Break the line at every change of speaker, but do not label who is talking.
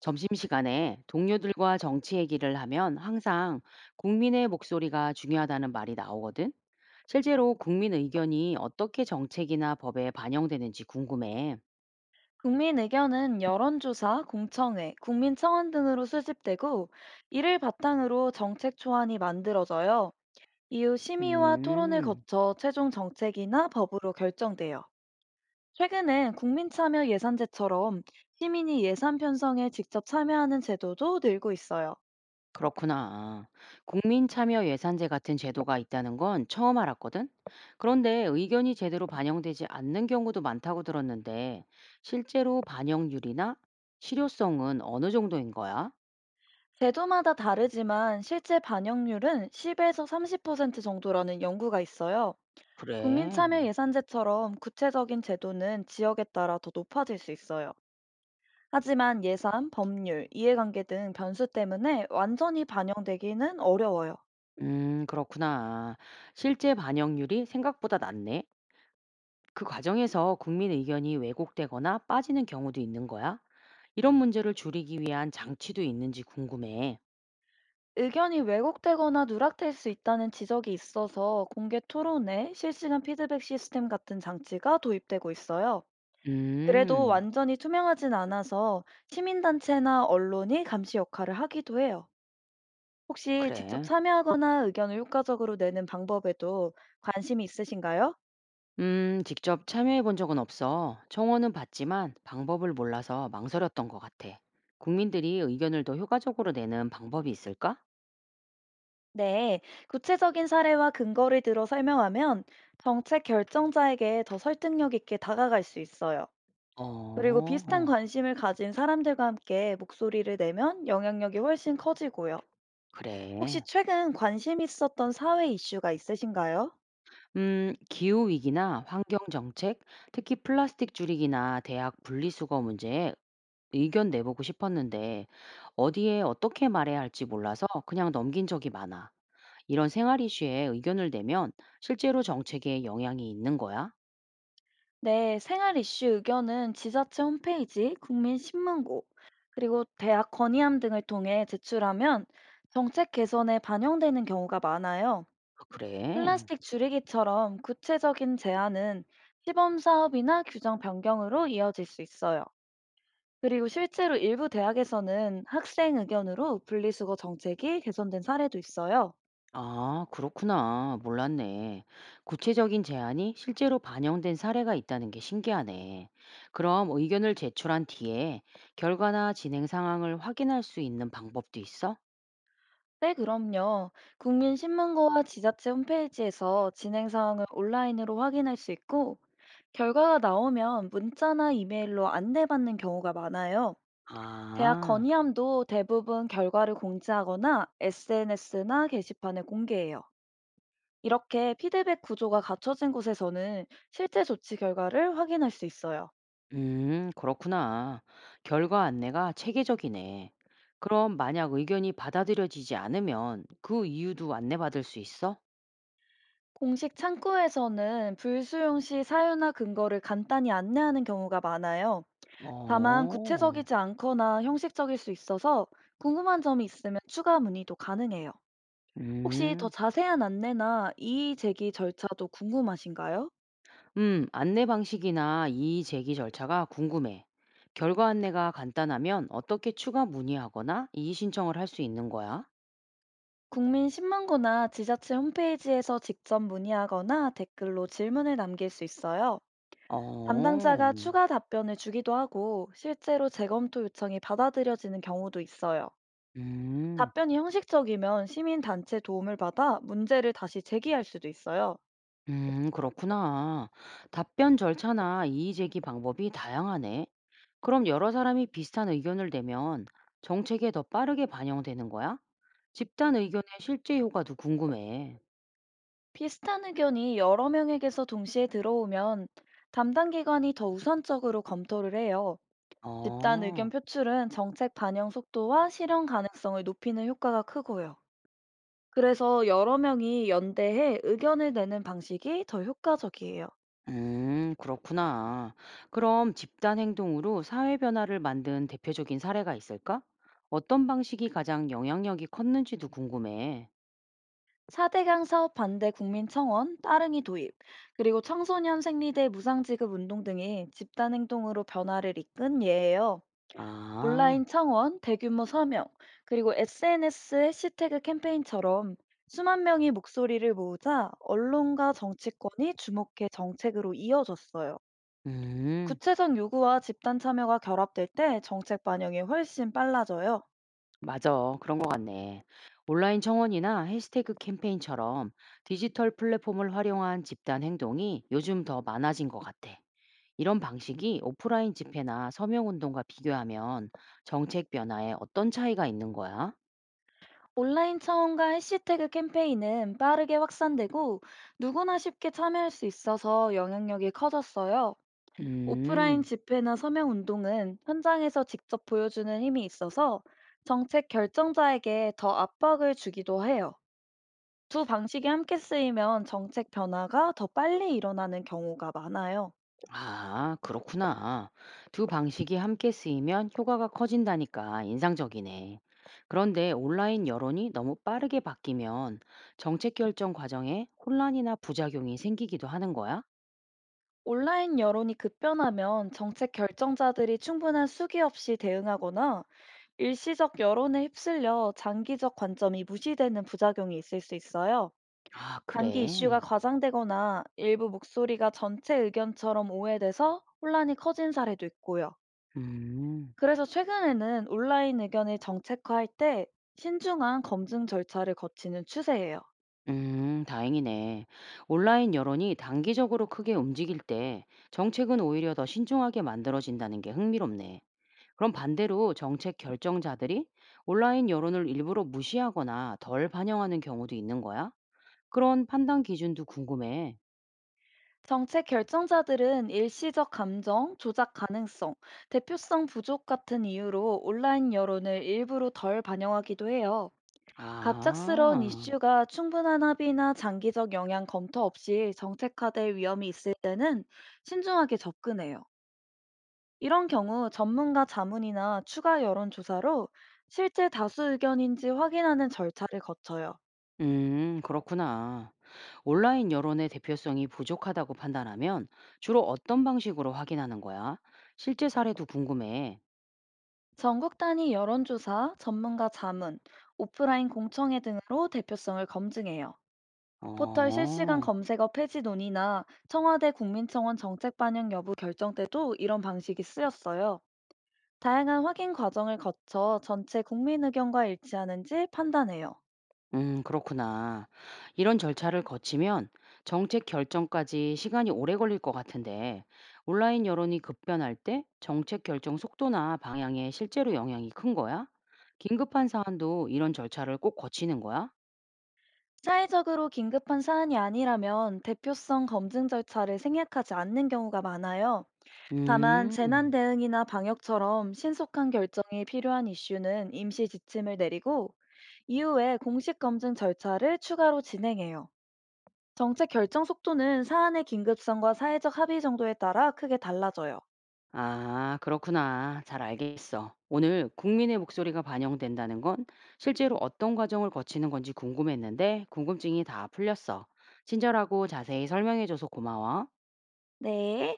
점심시간에 동료들과 정치 얘기를 하면 항상 국민의 목소리가 중요하다는 말이 나오거든. 실제로 국민 의견이 어떻게 정책이나 법에 반영되는지 궁금해.
국민 의견은 여론조사, 공청회, 국민청원 등으로 수집되고 이를 바탕으로 정책 초안이 만들어져요. 이후 심의와 토론을
음,
거쳐 최종 정책이나 법으로 결정돼요. 최근엔 국민참여 예산제처럼 시민이 예산 편성에 직접 참여하는 제도도 늘고 있어요.
그렇구나. 국민 참여 예산제 같은 제도가 있다는 건 처음 알았거든. 그런데 의견이 제대로 반영되지 않는 경우도 많다고 들었는데 실제로 반영률이나 실효성은 어느 정도인 거야?
제도마다 다르지만 실제 반영률은 10에서 30% 정도라는 연구가 있어요. 국민참여
그래.
예산제처럼 구체적인 제도는 지역에 따라 더 높아질 수 있어요. 하지만 예산, 법률, 이해관계 등 변수 때문에 완전히 반영되기는 어려워요.
그렇구나. 실제 반영률이 생각보다 낮네. 그 과정에서 국민 의견이 왜곡되거나 빠지는 경우도 있는 거야? 이런 문제를 줄이기 위한 장치도 있는지 궁금해.
의견이 왜곡되거나 누락될 수 있다는 지적이 있어서 공개 토론회, 실시간 피드백 시스템 같은 장치가 도입되고 있어요. 그래도
음,
완전히 투명하진 않아서 시민단체나 언론이 감시 역할을 하기도 해요. 혹시 직접
그래.
참여하거나 의견을 효과적으로 내는 방법에도 관심이 있으신가요?
직접 참여해 본 적은 없어. 청원은 봤지만 방법을 몰라서 망설였던 것 같아. 국민들이 의견을 더 효과적으로 내는 방법이 있을까?
네, 구체적인 사례와 근거를 들어 설명하면 정책 결정자에게 더 설득력 있게 다가갈 수 있어요.
어,
그리고 비슷한
어,
관심을 가진 사람들과 함께 목소리를 내면 영향력이 훨씬 커지고요. 혹시
그래.
최근 관심 있었던 사회 이슈가 있으신가요?
기후 위기나 환경 정책, 특히 플라스틱 줄이기나 대학 분리수거 문제에 의견 내보고 싶었는데 어디에 어떻게 말해야 할지 몰라서 그냥 넘긴 적이 많아. 이런 생활 이슈에 의견을 내면 실제로 정책에 영향이 있는 거야?
네, 생활 이슈 의견은 지자체 홈페이지, 국민신문고, 그리고 대학 건의함 등을 통해 제출하면 정책 개선에 반영되는 경우가 많아요.
그래.
플라스틱 줄이기처럼 구체적인 제안은 시범 사업이나 규정 변경으로 이어질 수 있어요. 그리고 실제로 일부 대학에서는 학생 의견으로 분리수거 정책이 개선된 사례도 있어요.
아, 그렇구나. 몰랐네. 구체적인 제안이 실제로 반영된 사례가 있다는 게 신기하네. 그럼 의견을 제출한 뒤에 결과나 진행 상황을 확인할 수 있는 방법도 있어?
네, 그럼요. 국민신문고와 지자체 홈페이지에서 진행 사항을 온라인으로 확인할 수 있고, 결과가 나오면 문자나 이메일로 안내받는 경우가 많아요. 대학
아.
건의함도 대부분 결과를 공지하거나 SNS나 게시판에 공개해요. 이렇게 피드백 구조가 갖춰진 곳에서는 실제 조치 결과를 확인할 수 있어요.
음, 그렇구나. 결과 안내가 체계적이네. 그럼 만약 의견이 받아들여지지 않으면 그 이유도 안내받을 수 있어?
공식 창구에서는 불수용 시 사유나 근거를 간단히 안내하는 경우가 많아요. 다만
어.
구체적이지 않거나 형식적일 수 있어서 궁금한 점이 있으면 추가 문의도 가능해요. 혹시 더
음.
자세한 안내나 이의 제기 절차도 궁금하신가요?
음, 안내 방식이나 이의 제기 절차가 궁금해. 결과 안내가 간단하면 어떻게 추가 문의하거나 이의 신청을 할 수 있는 거야?
국민 신문고나 지자체 홈페이지에서 직접 문의하거나 댓글로 질문을 남길 수 있어요. 담당자가
어.
추가 답변을 주기도 하고 실제로 재검토 요청이 받아들여지는 경우도 있어요.
음.
답변이 형식적이면 시민단체 도움을 받아 문제를 다시 제기할 수도 있어요.
그렇구나. 답변 절차나 이의 제기 방법이 다양하네. 그럼 여러 사람이 비슷한 의견을 내면 정책에 더 빠르게 반영되는 거야? 집단 의견의 실제 효과도 궁금해.
비슷한 의견이 여러 명에게서 동시에 들어오면 담당 기관이 더 우선적으로 검토를 해요. 집단 의견
어,
표출은 정책 반영 속도와 실현 가능성을 높이는 효과가 크고요. 그래서 여러 명이 연대해 의견을 내는 방식이 더 효과적이에요.
그렇구나. 그럼 집단 행동으로 사회 변화를 만든 대표적인 사례가 있을까? 어떤 방식이 가장 영향력이 컸는지도 궁금해.
4대강 사업 반대 국민청원, 따릉이 도입, 그리고 청소년 생리대 무상지급 운동 등이 집단 행동으로 변화를 이끈 예예요.
아,
온라인 청원, 대규모 서명, 그리고 SNS 해시태그 캠페인처럼 수만 명이 목소리를 모으자 언론과 정치권이 주목해 정책으로 이어졌어요.
음.
구체적 요구와 집단 참여가 결합될 때 정책 반영이 훨씬 빨라져요.
맞아. 그런 것 같네. 온라인 청원이나 해시태그 캠페인처럼 디지털 플랫폼을 활용한 집단 행동이 요즘 더 많아진 것 같아. 이런 방식이 오프라인 집회나 서명 운동과 비교하면 정책 변화에 어떤 차이가 있는 거야?
온라인 차원과 해시태그 캠페인은 빠르게 확산되고 누구나 쉽게 참여할 수 있어서 영향력이 커졌어요. 오프라인
음.
집회나 서명 운동은 현장에서 직접 보여주는 힘이 있어서 정책 결정자에게 더 압박을 주기도 해요. 두 방식이 함께 쓰이면 정책 변화가 더 빨리 일어나는 경우가 많아요.
아, 그렇구나. 두 방식이 함께 쓰이면 효과가 커진다니까 인상적이네. 그런데 온라인 여론이 너무 빠르게 바뀌면 정책 결정 과정에 혼란이나 부작용이 생기기도 하는 거야?
온라인 여론이 급변하면 정책 결정자들이 충분한 수기 없이 대응하거나 일시적 여론에 휩쓸려 장기적 관점이 무시되는 부작용이 있을 수 있어요.
아,
단기
그래.
이슈가 과장되거나 일부 목소리가 전체 의견처럼 오해돼서 혼란이 커진 사례도 있고요.
음,
그래서 최근에는 온라인 의견을 정책화할 때 신중한 검증 절차를 거치는 추세예요.
다행이네. 온라인 여론이 단기적으로 크게 움직일 때 정책은 오히려 더 신중하게 만들어진다는 게 흥미롭네. 그럼 반대로 정책 결정자들이 온라인 여론을 일부러 무시하거나 덜 반영하는 경우도 있는 거야? 그런 판단 기준도 궁금해.
정책 결정자들은 일시적 감정, 조작 가능성, 대표성 부족 같은 이유로 온라인 여론을 일부러 덜 반영하기도 해요. 갑작스러운
아,
이슈가 충분한 합의나 장기적 영향 검토 없이 정책화될 위험이 있을 때는 신중하게 접근해요. 이런 경우 전문가 자문이나 추가 여론조사로 실제 다수 의견인지 확인하는 절차를 거쳐요.
그렇구나. 온라인 여론의 대표성이 부족하다고 판단하면 주로 어떤 방식으로 확인하는 거야? 실제 사례도 궁금해.
전국 단위 여론조사, 전문가 자문, 오프라인 공청회 등으로 대표성을 검증해요. 포털 실시간
어.
검색어 폐지 논의나 청와대 국민청원 정책 반영 여부 결정 때도 이런 방식이 쓰였어요. 다양한 확인 과정을 거쳐 전체 국민 의견과 일치하는지 판단해요.
그렇구나. 이런 절차를 거치면 정책 결정까지 시간이 오래 걸릴 것 같은데, 온라인 여론이 급변할 때 정책 결정 속도나 방향에 실제로 영향이 큰 거야? 긴급한 사안도 이런 절차를 꼭 거치는 거야?
사회적으로 긴급한 사안이 아니라면 대표성 검증 절차를 생략하지 않는 경우가 많아요. 다만 재난
음,
대응이나 방역처럼 신속한 결정이 필요한 이슈는 임시 지침을 내리고 이후에 공식 검증 절차를 추가로 진행해요. 정책 결정 속도는 사안의 긴급성과 사회적 합의 정도에 따라 크게 달라져요.
아, 그렇구나. 잘 알겠어. 오늘 국민의 목소리가 반영된다는 건 실제로 어떤 과정을 거치는 건지 궁금했는데, 궁금증이 다 풀렸어. 친절하고 자세히 설명해줘서 고마워.
네.